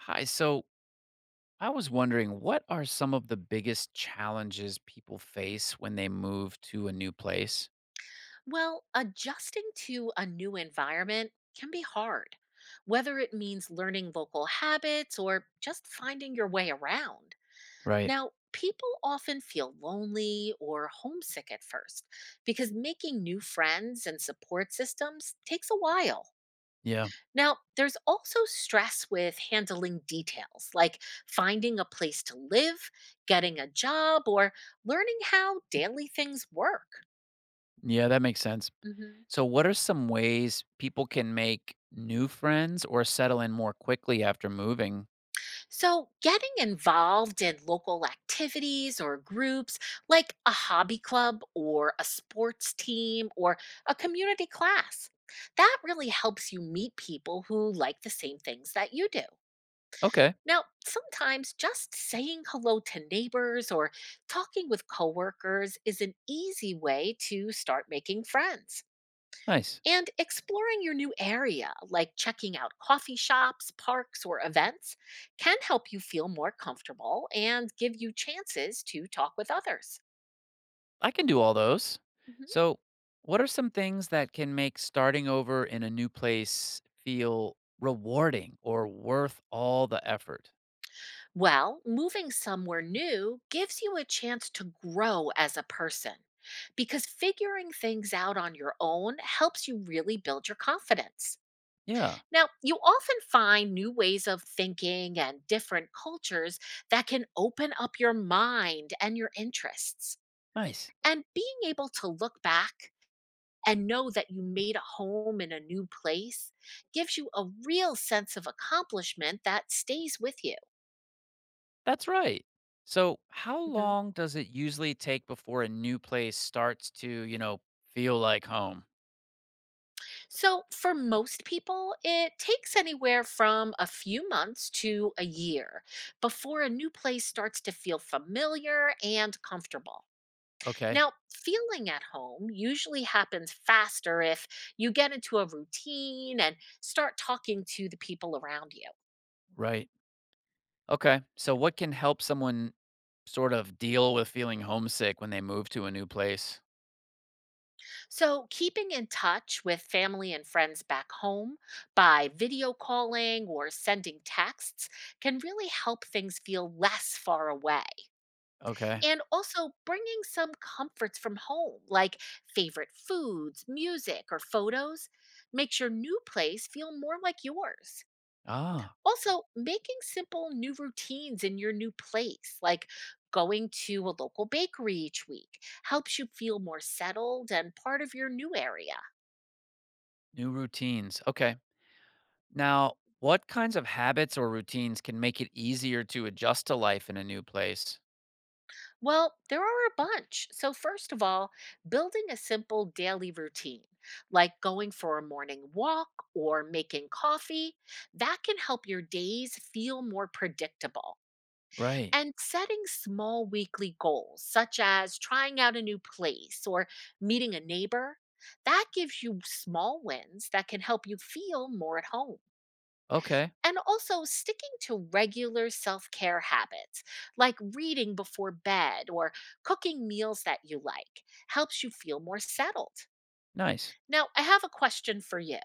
Hi. So I was wondering, what are some of the biggest challenges people face when they move to a new place? Well, adjusting to a new environment can be hard, whether it means learning local habits or just finding your way around. Right. Now, people often feel lonely or homesick at first because making new friends and support systems takes a while. Yeah. Now, there's also stress with handling details like finding a place to live, getting a job, or learning how daily things work. Yeah, that makes sense. Mhm. So, what are some ways people can make new friends or settle in more quickly after moving? So, getting involved in local activities or groups like a hobby club or a sports team or a community class, that really helps you meet people who like the same things that you do. Okay. Now, sometimes just saying hello to neighbors or talking with coworkers is an easy way to start making friends. Nice. And exploring your new area, like checking out coffee shops, parks, or events, can help you feel more comfortable and give you chances to talk with others. I can do all those. hmm So, what are some things that can make starting over in a new place feel rewarding or worth all the effort? Well, moving somewhere new gives you a chance to grow as a person because figuring things out on your own helps you really build your confidence. Yeah. Now, you often find new ways of thinking and different cultures that can open up your mind and your interests. Nice. And being able to look back and know that you made a home in a new place gives you a real sense of accomplishment that stays with you. That's right. So, how Mhm. long does it usually take before a new place starts to, you know, feel like home? So, for most people, it takes anywhere from a few months to a year before a new place starts to feel familiar and comfortable. Okay. Now, feeling at home usually happens faster if you get into a routine and start talking to the people around you. Right. Okay. So, what can help someone sort of deal with feeling homesick when they move to a new place? So, keeping in touch with family and friends back home by video calling or sending texts can really help things feel less far away. Okay. And also bringing some comforts from home, like favorite foods, music, or photos, makes your new place feel more like yours. Ah, Also, making simple new routines in your new place, like going to a local bakery each week, helps you feel more settled and part of your new area. new routines. Okay. Now, what kinds of habits or routines can make it easier to adjust to life in a new place? Well, there are a bunch. So, first of all, building a simple daily routine, like going for a morning walk or making coffee, that can help your days feel more predictable. Right. And setting small weekly goals, such as trying out a new place or meeting a neighbor, that gives you small wins that can help you feel more at home. Okay. And also sticking to regular self care habits like reading before bed or cooking meals that you like helps you feel more settled. Nice. Now, I have a question for you.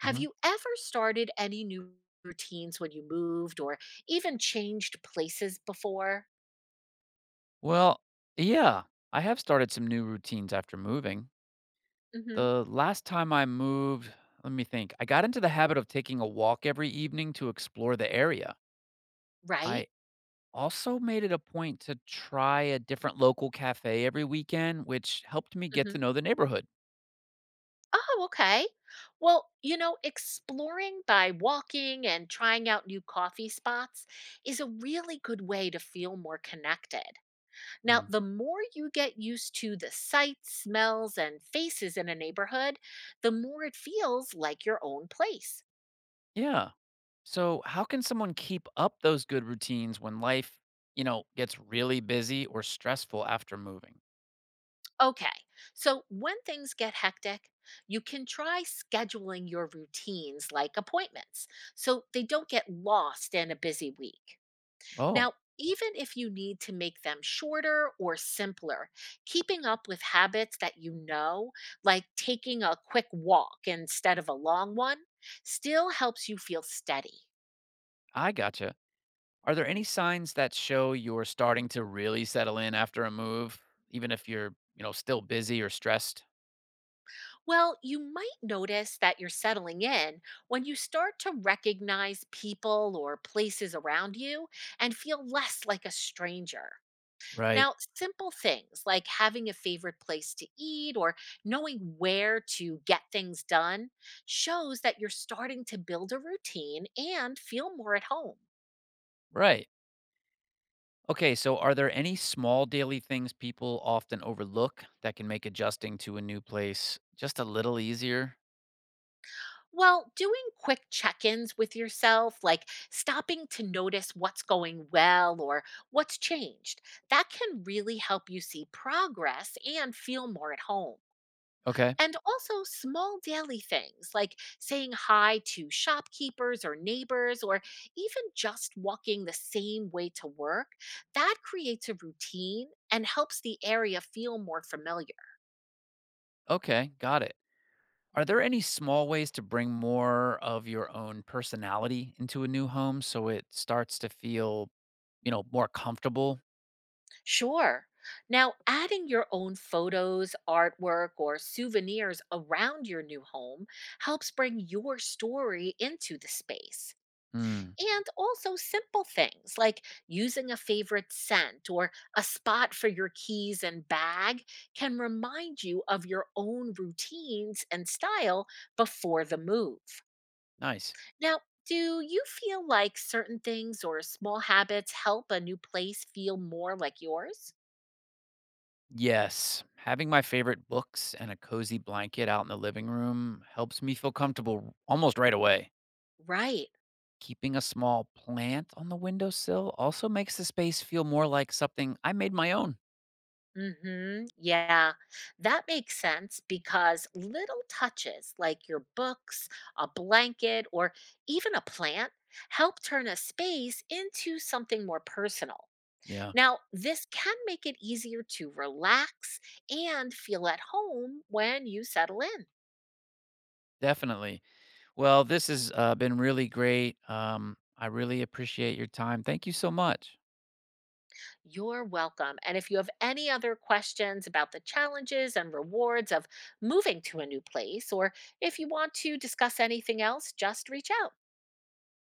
Have Hmm. you ever started any new routines when you moved or even changed places before? Well, yeah, I have started some new routines after moving. Hmm The last time I moved, let me think. I got into the habit of taking a walk every evening to explore the area. Right? I also made it a point to try a different local cafe every weekend, which helped me get to hmm know the neighborhood. Oh, okay. Well, you know, exploring by walking and trying out new coffee spots is a really good way to feel more connected. Now, Mm. the more you get used to the sights, smells, and faces in a neighborhood, the more it feels like your own place. Yeah. So, how can someone keep up those good routines when life, you know, gets really busy or stressful after moving? Okay, so when things get hectic, you can try scheduling your routines like appointments so they don't get lost in a busy week. Oh, Now, even if you need to make them shorter or simpler, keeping up with habits that you know, like taking a quick walk instead of a long one, still helps you feel steady. I gotcha. Are there any signs that show you're starting to really settle in after a move, even if you're, you know, still busy or stressed? Well, you might notice that you're settling in when you start to recognize people or places around you and feel less like a stranger. Right. Now, simple things like having a favorite place to eat or knowing where to get things done shows that you're starting to build a routine and feel more at home. Right. Okay, so are there any small daily things people often overlook that can make adjusting to a new place just a little easier? Well, doing quick check ins with yourself, like stopping to notice what's going well or what's changed, that can really help you see progress and feel more at home. Okay. And also, small daily things like saying hi to shopkeepers or neighbors, or even just walking the same way to work, that creates a routine and helps the area feel more familiar. Okay, got it. Are there any small ways to bring more of your own personality into a new home so it starts to feel, you know, more comfortable? Sure. Now, adding your own photos, artwork, or souvenirs around your new home helps bring your story into the space. Mm, And also simple things like using a favorite scent or a spot for your keys and bag can remind you of your own routines and style before the move. nice. Now, do you feel like certain things or small habits help a new place feel more like yours? Yes, having my favorite books and a cozy blanket out in the living room helps me feel comfortable almost right away. Right. Keeping a small plant on the windowsill also makes the space feel more like something I made my own. Mhm. Yeah. That makes sense because little touches like your books, a blanket, or even a plant help turn a space into something more personal. Yeah, Now, this can make it easier to relax and feel at home when you settle in. definitely. Well, this has been really great. I really appreciate your time. Thank you so much. You're welcome. And if you have any other questions about the challenges and rewards of moving to a new place, or if you want to discuss anything else, just reach out.